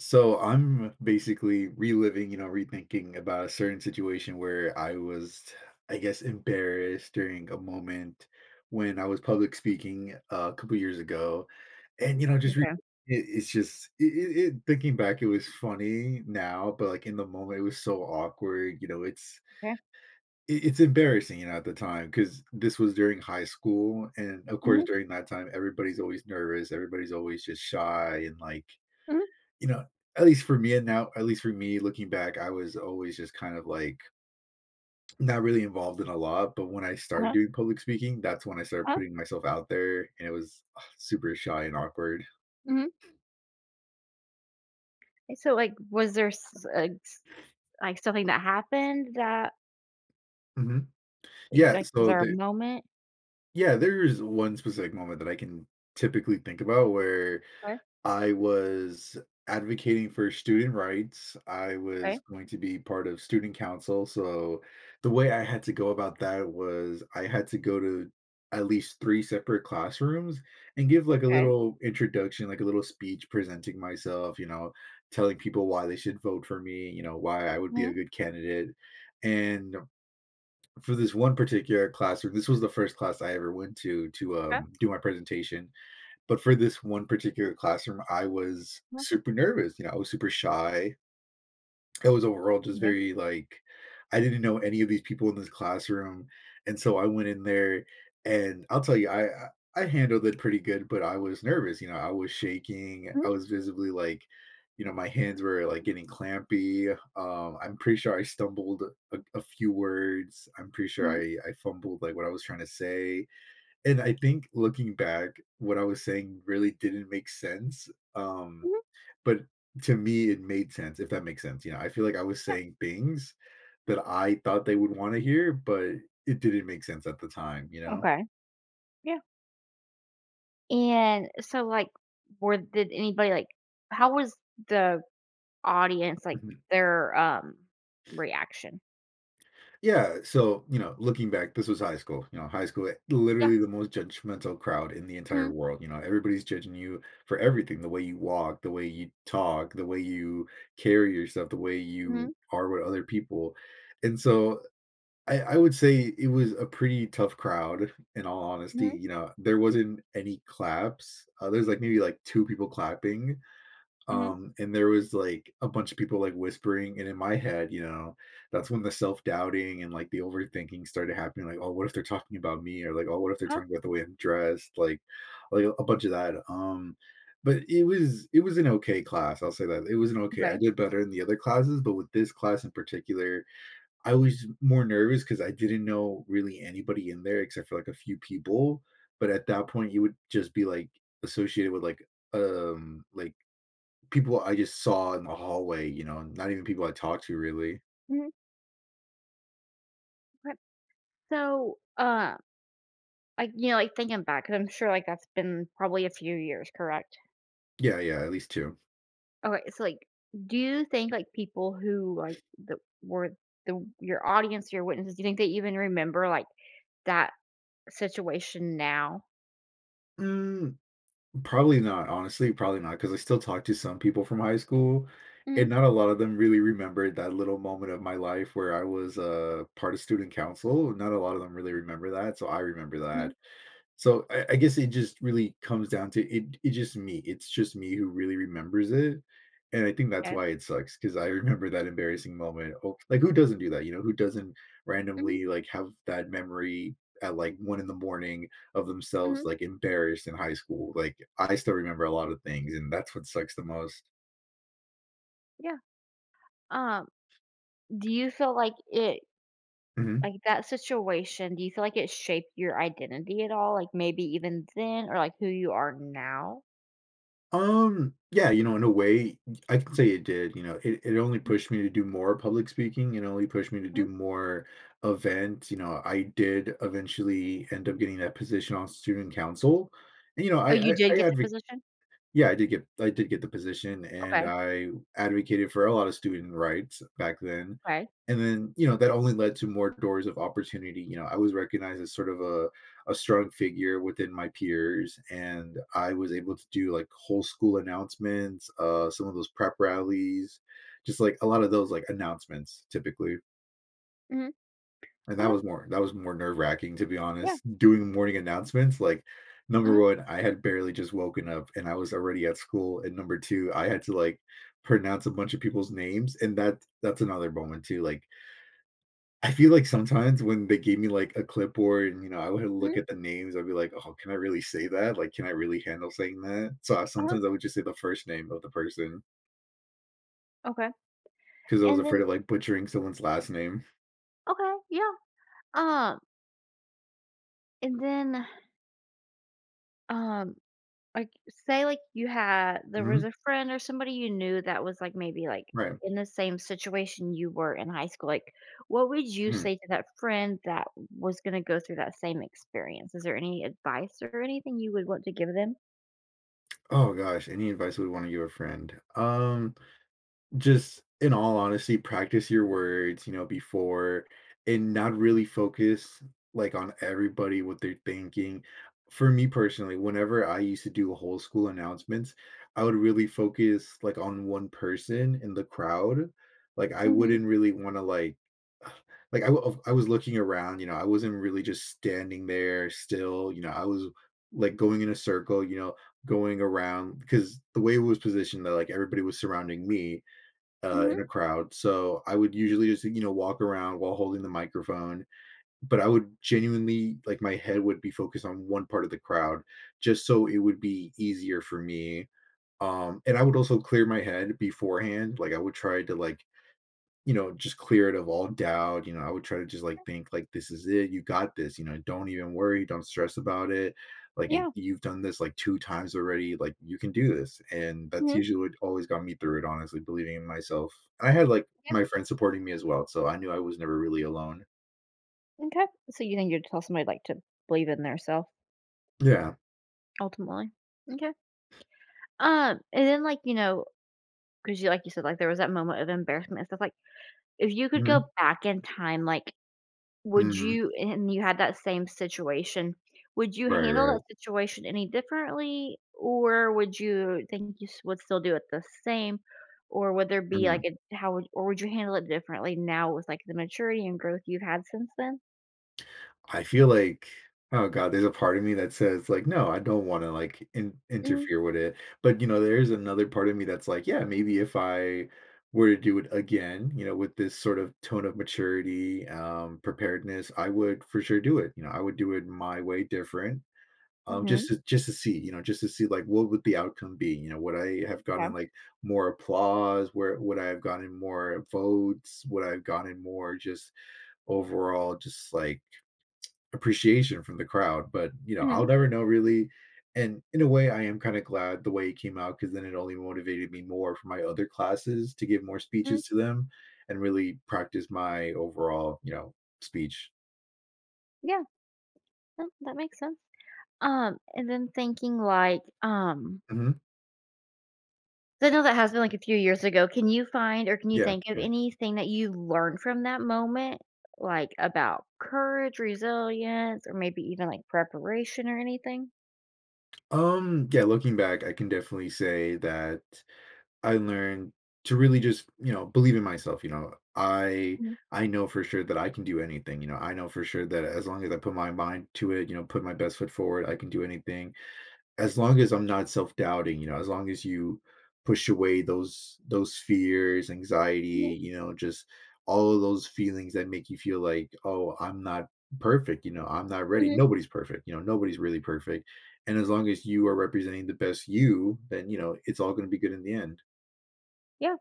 So I'm basically reliving, rethinking about a certain situation where I was, I guess, embarrassed during a moment when I was public speaking a couple years ago, and just re- Okay, it, it's just it, it, it- thinking back, it was funny now, but like in the moment, it was so awkward. You know, it's okay. it, it's embarrassing, at the time because this was during high school, and of course, Mhm, during that time, everybody's always nervous, everybody's always just shy, and like mhm. you know, at least for me and now, at least for me looking back, I was always just kind of like not really involved in a lot. But when I started Uh-huh, doing public speaking, that's when I started uh-huh, putting myself out there and it was super shy and awkward. mhm. So, like, was there s like, something that happened that hmm like, Yeah. like, was there a moment? Yeah, there's one specific moment that I can typically think about where Okay, I was advocating for student rights. I was okay, going to be part of student council, so the way I had to go about that was I had to go to at least 3 separate classrooms and give, like, a okay. little introduction, like, a little speech presenting myself, telling people why they should vote for me, why I would be Mhm, a good candidate, and for this one particular classroom this was the first class I ever went to to, okay, um, do my presentation, but for this one particular classroom, I was mhm, super nervous. You know, I was super shy. I was overall just okay. very like, I didn't know any of these people in this classroom, and so I went in there, and I'll tell you, I handled it pretty good, but I was nervous. You know, I was shaking. Mhm, I was visibly like, my hands were like getting clampy. I'm pretty sure I stumbled a few words. I'm pretty sure mhm, I fumbled like what I was trying to say, and I think looking back, what I was saying really didn't make sense. Um, mhm, but to me, it made sense, if that makes sense. I feel like I was yeah, saying things that I thought they would want to hear, but it didn't make sense at the time, you know? okay, yeah. And so, like, were did anybody, like, how was the audience, like, Mhm. their, reaction? Yeah. So, looking back, this was high school. High school, Yeah, literally the most judgmental crowd in the entire mhm, world. Everybody's judging you for everything, the way you walk, the way you talk, the way you carry yourself, the way you mhm, are with other people. And so I would say it was a pretty tough crowd, in all honesty, mhm, there wasn't any claps. There's, like, maybe, like, 2 people clapping, mhm, and there was, like, a bunch of people, like, whispering, and in my head, that's when the self-doubting and, like, the overthinking started happening, like, "Oh, what if they're talking about me?" Or, like, "Oh, what if they're uh-huh, talking about the way I'm dressed?" Like, a bunch of that, but it was an okay class, I'll say that. It was an okay I okay, did better in the other classes, but with this class in particular, I was more nervous because I didn't know really anybody in there except for like a few people. But at that point, you would just be like associated with like people I just saw in the hallway, not even people I talked to really. mhm, okay. So, like, like, thinking back, 'cause I'm sure, like, that's been probably a few years, correct? Yeah, yeah, at least two. Okay, so, like, do you think, like, people who, like, the were the your audience, your witnesses, do you think they even remember, like, that situation now? Mm, Probably not, honestly, probably not, because I still talk to some people from high school, and Mhm, not a lot of them really remembered that little moment of my life where I was part of student council. Not a lot of them really remember that, so I remember mhm, that. So I guess it just really comes down to it. It's just me. It's just me who really remembers it, and I think that's okay. why it sucks because I remember that embarrassing moment. Oh, like who doesn't do that? Who doesn't Mhm, randomly like have that memory at like one in the morning of themselves mhm, like embarrassed in high school? Like I still remember a lot of things, and that's what sucks the most. yeah. Um, do you feel like it, like, Mhm. that situation, do you feel like it shaped your identity at all? Like, maybe even then or, like, who you are now? Yeah, in a way, I can say it did. It only Mhm, pushed me to do more public speaking. It only pushed me to do mhm. more events. I did eventually end up getting that position on student council. And, Oh, you did I get the advocate position? yeah, I did get the position, and Okay, I advocated for a lot of student rights back then. okay. And then, that only led to more doors of opportunity. I was recognized as sort of a strong figure within my peers, and I was able to do like whole school announcements, some of those prep rallies, just like a lot of those like announcements typically. Mhm, And that okay, was more that was more nerve-wracking, to be yeah, honest, doing morning announcements. Like, number mhm. 1, I had barely just woken up and I was already at school, and number 2, I had to, like, pronounce a bunch of people's names, and that's another moment too. Like, I feel like sometimes when they gave me, like, a clipboard and, I would look Mhm, at the names, I'd be like, "Oh, can I really say that? Like, can I really handle saying that?" So, I uh-huh, sometimes I would just say the first name of the person okay, because I was and then afraid of, like, butchering someone's last name. okay, yeah, um, and then, um, like, say, like, you had there Mhm, was a friend or somebody you knew that was, like, maybe, like, right. in the same situation you were in high school, like, what would you Mhm. say to that friend that was gonna go through that same experience? Is there any advice or anything you would want to give them? Oh gosh, any advice we would want to give a friend? Just in all honesty, practice your words, before, and not really focus like on everybody what they're thinking. For me personally, whenever I used to do whole school announcements, I would really focus like on one person in the crowd. Like I Mhm, wouldn't really want to like like I was looking around, I wasn't really just standing there still, I was like going in a circle, going around because the way it was positioned that like everybody was surrounding me in mhm, a crowd. So I would usually just, walk around while holding the microphone, but I would genuinely, like, my head would be focused on one part of the crowd just so it would be easier for me. And I would also clear my head beforehand. Like, I would try to, like, just clear it of all doubt. I would try to just like think, like, this is it. You got this. Don't even worry. Don't stress about it. Like it, yeah, you've done this like two times already. Like you can do this. And that's mhm, usually what always got me through it. Honestly, believing in myself. And I had like yeah, my friends supporting me as well, so I knew I was never really alone. okay. So you think you'd tell somebody, like, to believe in their self Yeah. ultimately? Okay. And then, like, 'cause you like you said, like, there was that moment of embarrassment and stuff, like, if you could go hmm back in time, like, would hmm you and you had that same situation, would you Right. handle that Right. situation any differently, or would you think you s would still do it the same, or would there be, like, Mhm. a how would or would you handle it differently now with, like, the maturity and growth you've had since then? I feel like, oh god, there's a part of me that says, like, "No, I don't wanna, like, in Mhm, interfere with it," but, there's another part of me that's like, "Yeah, maybe if I were to do it again, with this sort of tone of maturity, preparedness, I would for sure do it." I would do it my way different, just mhm, to just to see, like, what would the outcome be, would I have yeah, gotten, like, more applause? Where would I have gotten more votes? Would I have gotten more just overall just, like, appreciation from the crowd, but I'll mhm, never know really. And in a way, I am kind of glad the way it came out because then it only motivated me more for my other classes to give more mhm, speeches to them and really practice my overall, speech. yeah, no, that makes sense. And then thinking, like, hmm 'cause I know that has been, like, a few years ago. Can you Yeah, think of yeah. anything that you learned from that moment, like, about courage, resilience, or maybe even, like, preparation or anything? Yeah, looking back, I can definitely say that I learned to really just, believe in myself. I Mhm, I know for sure that I can do anything. I know for sure that as long as I put my mind to it, put my best foot forward, I can do anything as long as I'm not self-doubting, as long as you push away those fears, mhm, anxiety, just all of those feelings that make you feel like, "Oh, I'm not perfect," "I'm not ready." mhm, Nobody's perfect, nobody's really perfect. And as long as you are representing the best you, then, it's all gonna be good in the end. yeah.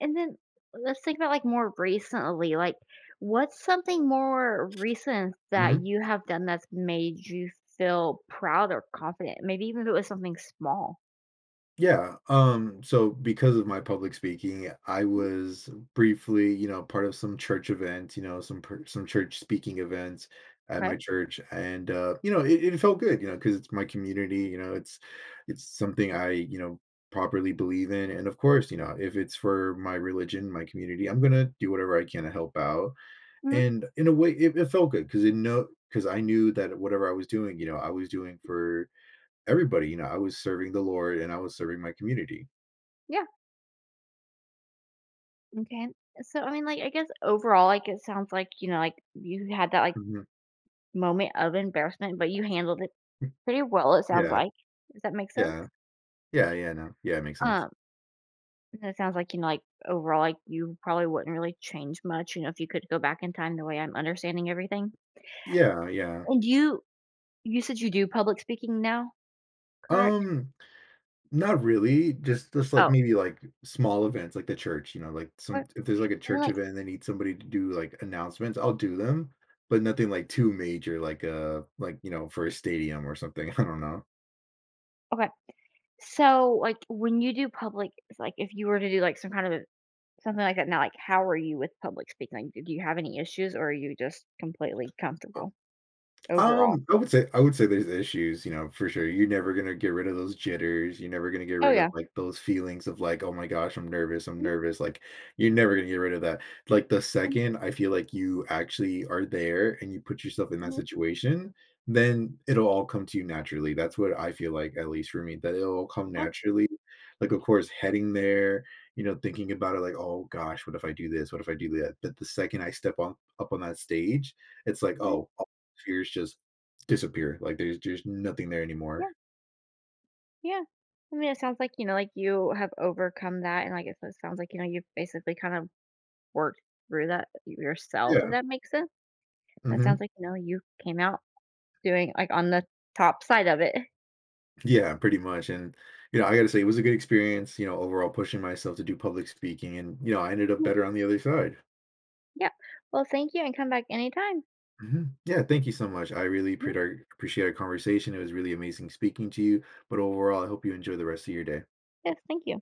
And then let's think about, like, more recently, like, what's something more recent that Mhm. you have done that's made you feel proud or confident? Maybe even if it was something small. Yeah, so because of my public speaking, I Mhm, was briefly, part of some church event, some church speaking events at 'kay. my church, and, it felt good, because it's my community, it's something I, properly believe in, and of course, if it's for my religion, my community, I'm gonna do whatever I can to help out, Mhm, and in a way, it felt good because it, no, because I knew that whatever I was doing, I was doing for everybody, I was serving the Lord, and I was serving my community. yeah, okay. So, I mean, like, I guess overall, like, it sounds like, like, you had that, like, Mhm. moment of embarrassment, but you handled it pretty well, it sounds Yeah, like. Does that make sense? yeah. Yeah, yeah, no. Yeah, it makes sense. Um, and it sounds like, like, overall, like, you probably wouldn't really change much, if you could go back in time the way I'm understanding everything. Yeah, yeah. And you said you do public speaking now, correct? Um, Not really, just, like, Oh, maybe, like, small events, like the church, like, what some if there's, like, a and, then, church like event and they need somebody to do, like, announcements, I'll do them, but nothing, like, too major, like, for a stadium or something, I don't know. okay. So, like, when you do public it's like, if you were to do, like, some kind of a something like that now, like, how are you with public speaking? Like, do you have any issues, or are you just completely comfortable overall? I would say there's issues, for sure. You're never gonna get rid of those jitters. You're never gonna get Oh, rid of yeah. like those feelings of, like, oh my gosh, I'm nervous, I'm Mhm, nervous. Like you're never gonna get rid of that. Like the mhm, second I feel like you actually are there and you put yourself in that mhm, situation, then it'll all come to you naturally. That's what I feel like, at least for me, that it'll all come uh, naturally. Like, of course, heading there, thinking about it, like, oh gosh, what if I do this? What if I do that? But the second I step on up on that stage, it's like, mhm, oh, fears just disappear. Like there's nothing there anymore. yeah. Yeah. I mean, it sounds like, like you have overcome that and like it sounds like, you've basically kind of worked through that yourself, if Yeah. that makes sense. That hmm sounds like, you came out doing like on the top side of it. Yeah, pretty much. And I got to say, it was a good experience. Overall, pushing myself to do public speaking, and I ended up Mhm. better on the other side. Yeah. Well, thank you and come back anytime. Yeah, thank you so much. I really Mhm. Appreciate our conversation. It was really amazing speaking to you. But overall, I hope you enjoy the rest of your day. Yes, thank you.